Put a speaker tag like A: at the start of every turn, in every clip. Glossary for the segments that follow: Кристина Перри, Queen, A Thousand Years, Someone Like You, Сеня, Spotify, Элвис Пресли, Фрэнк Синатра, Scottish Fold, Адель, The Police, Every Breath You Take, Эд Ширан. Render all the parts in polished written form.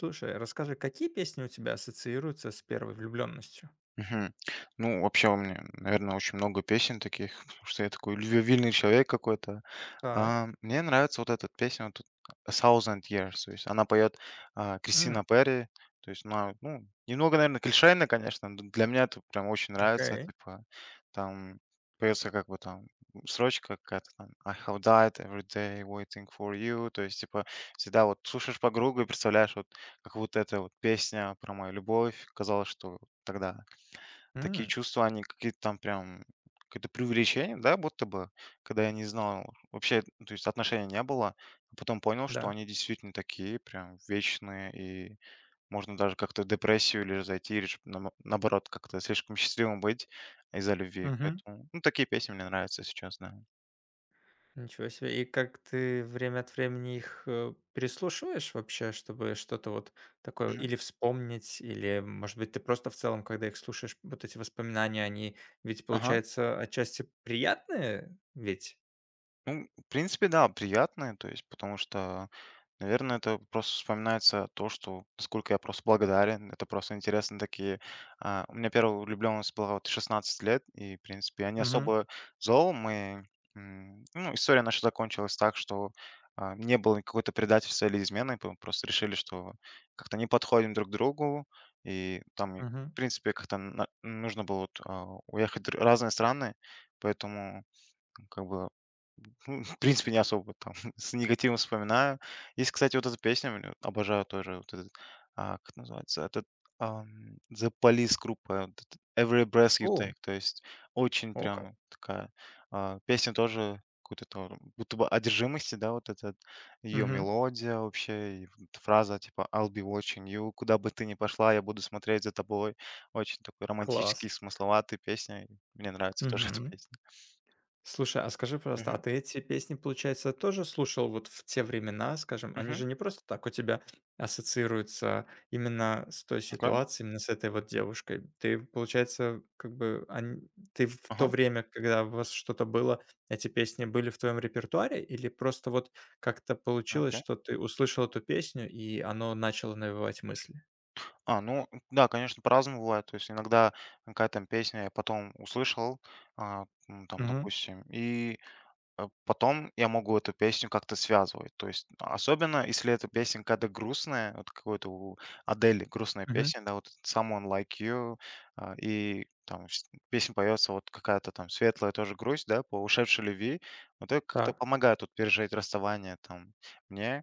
A: Слушай, расскажи, какие песни у тебя ассоциируются с первой влюбленностью?
B: Мгм. Ну, вообще у меня, наверное, очень много песен таких, потому что я такой любвеобильный человек какой-то.
A: Так.
B: Мне нравится вот эта песня, вот тут A Thousand Years, то есть она поет Кристина
A: М,
B: Перри, то есть она, ну, немного, наверное, клишейно, конечно, но для меня это прям очень нравится,
A: окей.
B: типа, там поется как бы там строчка какая-то там I have died every day waiting for you, то есть, типа, всегда вот слушаешь по кругу и представляешь вот как будто эта вот песня про мою любовь, казалось, что тогда. Такие
A: М,
B: чувства, они какие-то там прям, какое-то преувеличение, да, будто бы, когда я не знал вообще, то есть отношений не было, а потом понял, что
A: да.
B: они действительно такие прям вечные, и можно даже как-то в депрессию или зайти, или же наоборот как-то слишком счастливым быть из-за любви.
A: Мгм.
B: Поэтому, ну, такие песни мне нравятся сейчас, да.
A: Ничего себе. И как ты время от времени их переслушиваешь вообще, чтобы что-то вот такое
B: Мгм.
A: или вспомнить, или, может быть, ты просто в целом, когда их слушаешь, вот эти воспоминания, они ведь,
B: Ага.
A: получается, отчасти приятные, ведь?
B: Ну, в принципе, да, приятные, то есть, потому что наверное, это просто вспоминается то, что насколько я просто благодарен. Это просто интересно такие. У меня первая влюбленность была вот 16 лет, и, в принципе, я не
A: Угу,
B: особо зол. Мы, ну, история наша закончилась так, что не было какой-то предательства или измены. Просто решили, что как-то не подходим друг к другу. И там, и,
A: угу.
B: в принципе, как-то нужно было вот, уехать в разные страны. Поэтому, как бы, ну, в принципе, не особо там с негативом вспоминаю. Есть, кстати, вот эта песня, обожаю тоже вот этот, как называется, этот, The Police группа, вот эт Every Breath You
A: О,
B: Take. То есть очень
A: о как.
B: прям такая, песня тоже какой-то там будто бы одержимости, да, вот этот ее
A: Мгм.
B: мелодия вообще, и вот эта фраза типа "I'll be watching you", куда бы ты ни пошла, я буду смотреть за тобой. Очень такой
A: Класс.
B: романтический, смысловатый песня. Мне нравится тоже эта
A: Мгм.
B: песня.
A: Слушай, а скажи, пожалуйста, а
B: Мгм.
A: ты эти песни, получается, тоже слушал вот в те времена, скажем? Они
B: Мгм.
A: же не просто так у тебя ассоциируются именно с той
B: Окей.
A: ситуацией, именно с этой вот девушкой. Ты, получается, как бы ты в то
B: Ага.
A: время, когда у вас что-то было, эти песни были в твоем репертуаре, или просто вот как-то получилось,
B: Окей.
A: что ты услышал эту песню, и оно начало навевать мысли?
B: Ну да, конечно, по-разному бывает. То есть иногда какая-то там песня я потом услышал, там,
A: Угу.
B: допустим, и потом я могу эту песню как-то связывать. То есть особенно, если эта песня какая-то грустная, вот какой-то у Адели грустная
A: Мгм.
B: песня, да, вот Someone Like You, и там песня поется вот какая-то там светлая тоже грусть, да, по ушедшей любви. Вот это как-то
A: Так,
B: помогает вот пережить расставание там мне.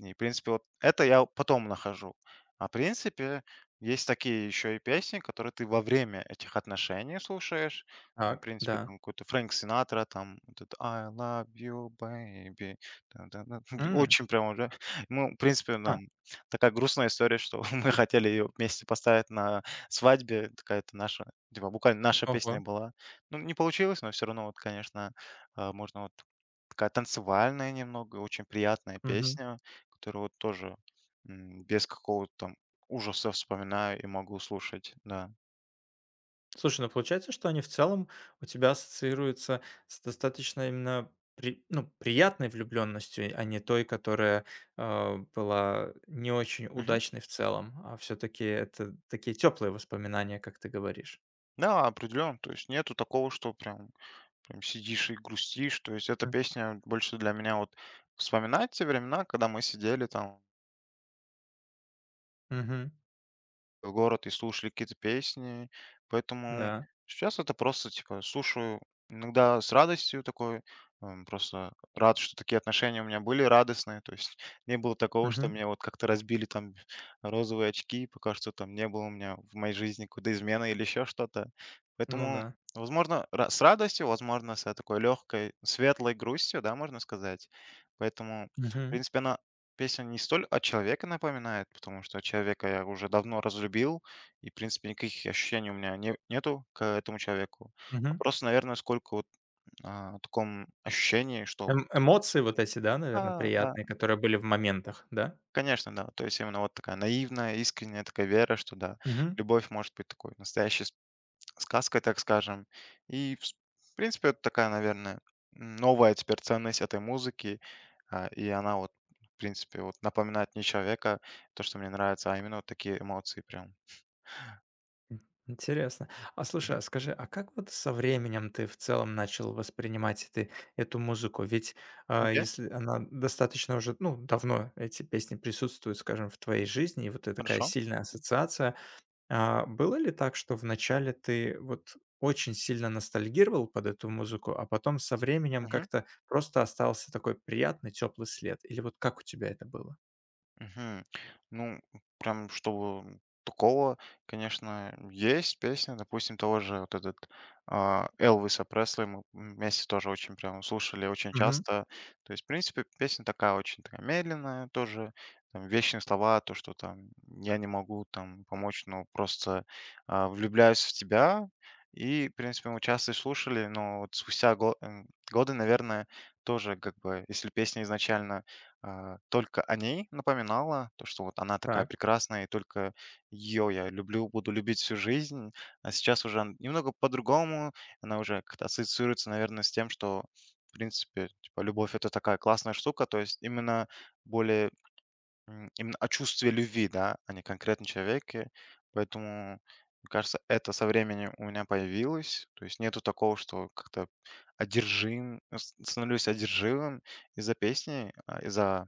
B: И, в принципе, вот это я потом нахожу. В принципе, есть такие еще и песни, которые ты во время этих отношений слушаешь. Ну, в
A: так,
B: принципе,
A: да.
B: там какой-то Фрэнк Синатра, там вот этот I love you, baby. Та- та- та.
A: М.
B: Очень прям уже. Ну, в принципе,
A: А,
B: там такая грустная история, что мы хотели ее вместе поставить на свадьбе. Такая-то наша, типа, буквально наша песня
A: ого.
B: была. Ну, не получилось, но все равно, вот, конечно, можно вот такая танцевальная немного, очень приятная
A: Мгм.
B: песня который вот тоже, без какого-то там ужаса вспоминаю и могу слушать, да.
A: Слушай, ну получается, что они в целом у тебя ассоциируются с достаточно именно ну, приятной влюбленностью, а не той, которая была не очень
B: Мгм.
A: удачной в целом, а все-таки это такие теплые воспоминания, как ты говоришь.
B: Да, определенно. То есть нету такого, что прям сидишь и грустишь. То есть эта
A: М,
B: песня больше для меня вот вспоминать те времена, когда мы сидели там
A: мгм,
B: город и слушали какие-то песни. Поэтому
A: да.
B: сейчас это просто, типа, слушаю иногда с радостью такой, просто рад, что такие отношения у меня были радостные, то есть не было такого, что
A: Мгм.
B: мне вот как-то разбили там розовые очки, пока что там не было у меня в моей жизни какой-то измены или еще что-то.
A: Ну
B: Поэтому,
A: да.
B: возможно, с радостью, возможно, с такой легкой, светлой грустью, да, можно сказать. Поэтому, в
A: Мгм,
B: принципе, она песня не столь о человека напоминает, потому что человека я уже давно разлюбил, и, в принципе, никаких ощущений у меня нету к этому человеку. А
A: мгм.
B: просто, наверное, сколько вот таком ощущении, что вот такое.
A: Эмоции вот эти, да, наверное,
B: Да,
A: приятные, которые были в моментах, да?
B: конечно, да. То есть именно вот такая наивная, искренняя такая вера, что да, любовь может быть такой настоящей сказкой, так скажем. И, вс в принципе, это такая, наверное, новая теперь ценность этой музыки. И она вот, в принципе, вот напоминает не человека, то, что мне нравится, а именно вот такие эмоции прям.
A: М, интересно. А слушай, а
B: Мгм.
A: скажи, а как вот со временем ты в целом начал воспринимать ты эту музыку? Ведь
B: Окей,
A: если она достаточно уже, ну, давно эти песни присутствуют, скажем, в твоей жизни, и вот это такая
B: хорошо.
A: сильная ассоциация, было ли так, что вначале ты вот очень сильно ностальгировал под эту музыку, а потом со временем как-то просто остался такой приятный, теплый след? Или вот как у тебя это было?
B: Мгм. Ну, прям чтобы такого, конечно, есть песня, допустим, того же вот этот Элвиса Пресли мы вместе тоже очень прям слушали очень
A: Мгм.
B: часто. То есть, в принципе, песня такая очень такая медленная тоже, там вечные слова, то, что там я не могу там помочь, но просто влюбляюсь в тебя. И, в принципе, мы часто и слушали, но вот спустя годы, наверное, тоже как бы, если песня изначально только о ней напоминала, то, что вот она такая прекрасная, и только ее я люблю, буду любить всю жизнь. А сейчас уже немного по-другому, она уже как-то ассоциируется, наверное, с тем, что, в принципе, типа, любовь — это такая классная штука, то есть именно более именно о чувстве любви, да, а не конкретно человеке. Поэтому, мне кажется, это со временем у меня появилось. То есть нету такого, что как-то одержим, становлюсь одержимым из-за песни, из-за —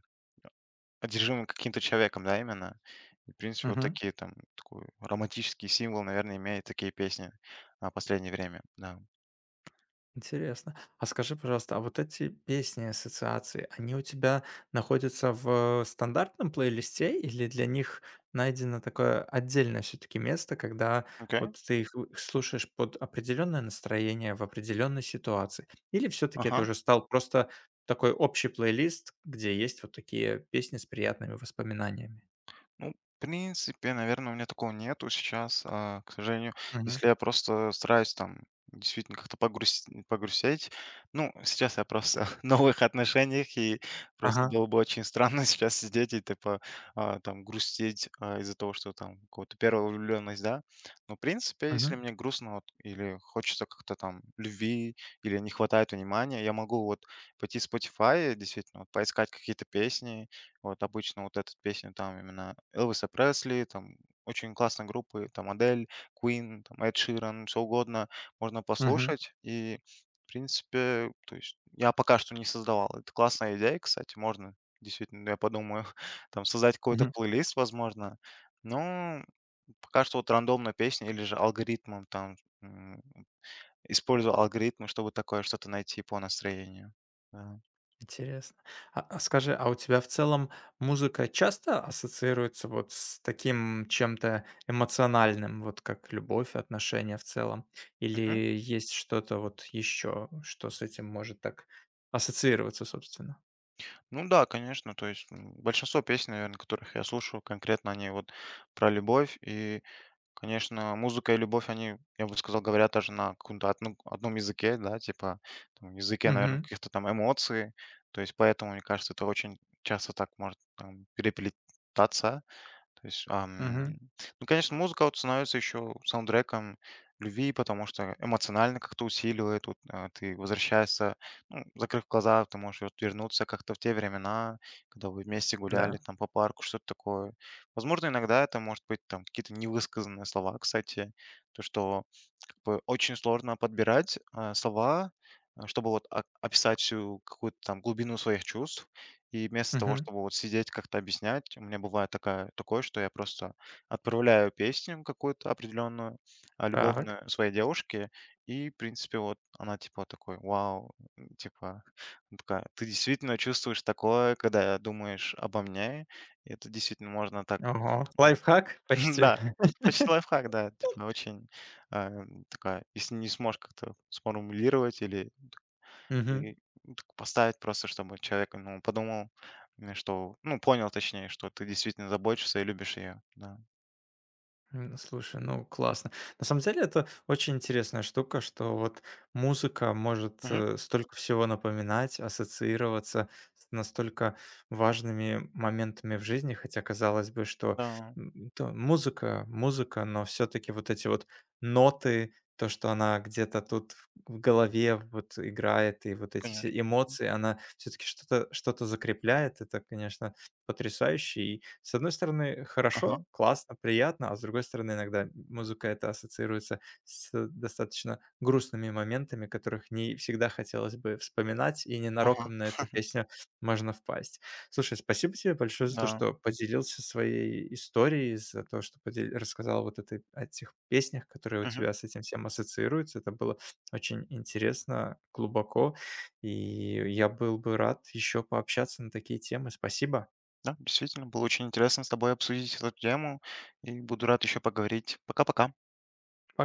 B: одержимым каким-то человеком, да, именно? И, в принципе, вот
A: Так.
B: такие там такой романтический символ, наверное, имеют такие песни, последнее время, да.
A: Интересно. А скажи, пожалуйста, а вот эти песни, ассоциации, они у тебя находятся в стандартном плейлисте или для них найдено такое отдельное все-таки место, когда
B: Окей,
A: вот ты их слушаешь под определенное настроение в определенной ситуации? Или все-таки это
B: ага.
A: уже стал просто такой общий плейлист, где есть вот такие песни с приятными воспоминаниями?
B: Ну, в принципе, наверное, у меня такого нету сейчас, к сожалению.
A: Мгм.
B: Если я просто стараюсь там действительно как-то погрузить, погрустить. Ну, сейчас я просто в новых отношениях, и просто
A: Ага.
B: было бы очень странно сейчас сидеть и типа там грустить из-за того, что там какого-то первая влюбленность, да. Но, в принципе, если
A: Мгм.
B: мне грустно вот, или хочется как-то там любви, или не хватает внимания, я могу вот пойти в Spotify, действительно, вот, поискать какие-то песни, вот обычно вот эту песню там именно Элвиса Пресли, там очень классные группы, там Адель, Queen, там Эд Ширан, что угодно можно послушать. И, в принципе, то есть я пока что не создавал. Это классная идея, кстати, можно действительно, я подумаю, там создать какой-то
A: Мгм.
B: плейлист, возможно. Но пока что вот рандомно песня или же алгоритмом там м, использую алгоритмы, чтобы такое что-то найти по настроению. Да.
A: Интересно. А скажи, а у тебя в целом музыка часто ассоциируется вот с таким чем-то эмоциональным, вот как любовь, отношения в целом? Или есть что-то вот еще, что с этим может так ассоциироваться, собственно?
B: Ну да, конечно. То есть большинство песен, наверное, которых я слушаю, конкретно они вот про любовь. И, конечно, музыка и любовь, они, я бы сказал, говорят даже на каком-то одном языке, да, типа там, языке, наверное,
A: Угу.
B: каких-то там эмоций. То есть поэтому, мне кажется, это очень часто так может там, переплетаться. То есть,
A: Угу.
B: ну, конечно, музыка вот становится еще саундтреком любви, потому что эмоционально как-то усиливает. Вот, ты возвращаешься, ну, закрыв глаза, ты можешь вот вернуться как-то в те времена, когда вы вместе гуляли
A: Да.
B: там по парку, что-то такое. Возможно, иногда это может быть там какие-то невысказанные слова, кстати, то, что как бы очень сложно подбирать слова, чтобы вот описать всю какую-то там глубину своих чувств. И вместо того,
A: Угу.
B: чтобы вот сидеть как-то объяснять, у меня бывает такая такое, что я просто отправляю песню какую-то определенную,
A: Так.
B: любовную своей девушке, и, в принципе, вот она типа такой: "Вау!" Типа, она такая: "Ты действительно чувствуешь такое, когда думаешь обо мне?" И это действительно можно так.
A: Ого.
B: М,
A: Лайфхак почти.
B: да, это почти лайфхак, да, типа очень, такая, если не сможешь как-то сформулировать или
A: Угу.
B: и, ну, так поставить просто, чтобы человек, ну, подумал, что ну, понял, точнее, что ты действительно заботишься и любишь ее. Да.
A: М, слушай, ну классно. На самом деле это очень интересная штука, что вот музыка может
B: Мгм.
A: столько всего напоминать, ассоциироваться с настолько важными моментами в жизни, хотя казалось бы, что
B: Да,
A: то музыка, музыка, но все-таки вот эти вот ноты, то, что она где-то тут в голове вот играет, и вот эти
B: конечно.
A: все
B: Мгм.
A: эмоции, она все-таки что-то что закрепляет. Это, конечно, потрясающе. И, с одной стороны,
B: Ага,
A: хорошо, классно, приятно, а с другой стороны, иногда музыка это ассоциируется с достаточно грустными моментами, которых не всегда хотелось бы вспоминать, и
B: ага,
A: ненароком на эту песню можно впасть. Слушай, спасибо тебе большое за то,
B: да.
A: что поделился своей историей, за то, что рассказал вот этой, о тех песнях, которые у
B: Мгм.
A: тебя с этим всем ассоциируются. Это было очень интересно, глубоко, и я был бы рад еще пообщаться на такие темы. Спасибо.
B: Да, действительно, было очень интересно с тобой обсудить эту тему, и буду рад еще поговорить. Пока-пока.
A: Пока.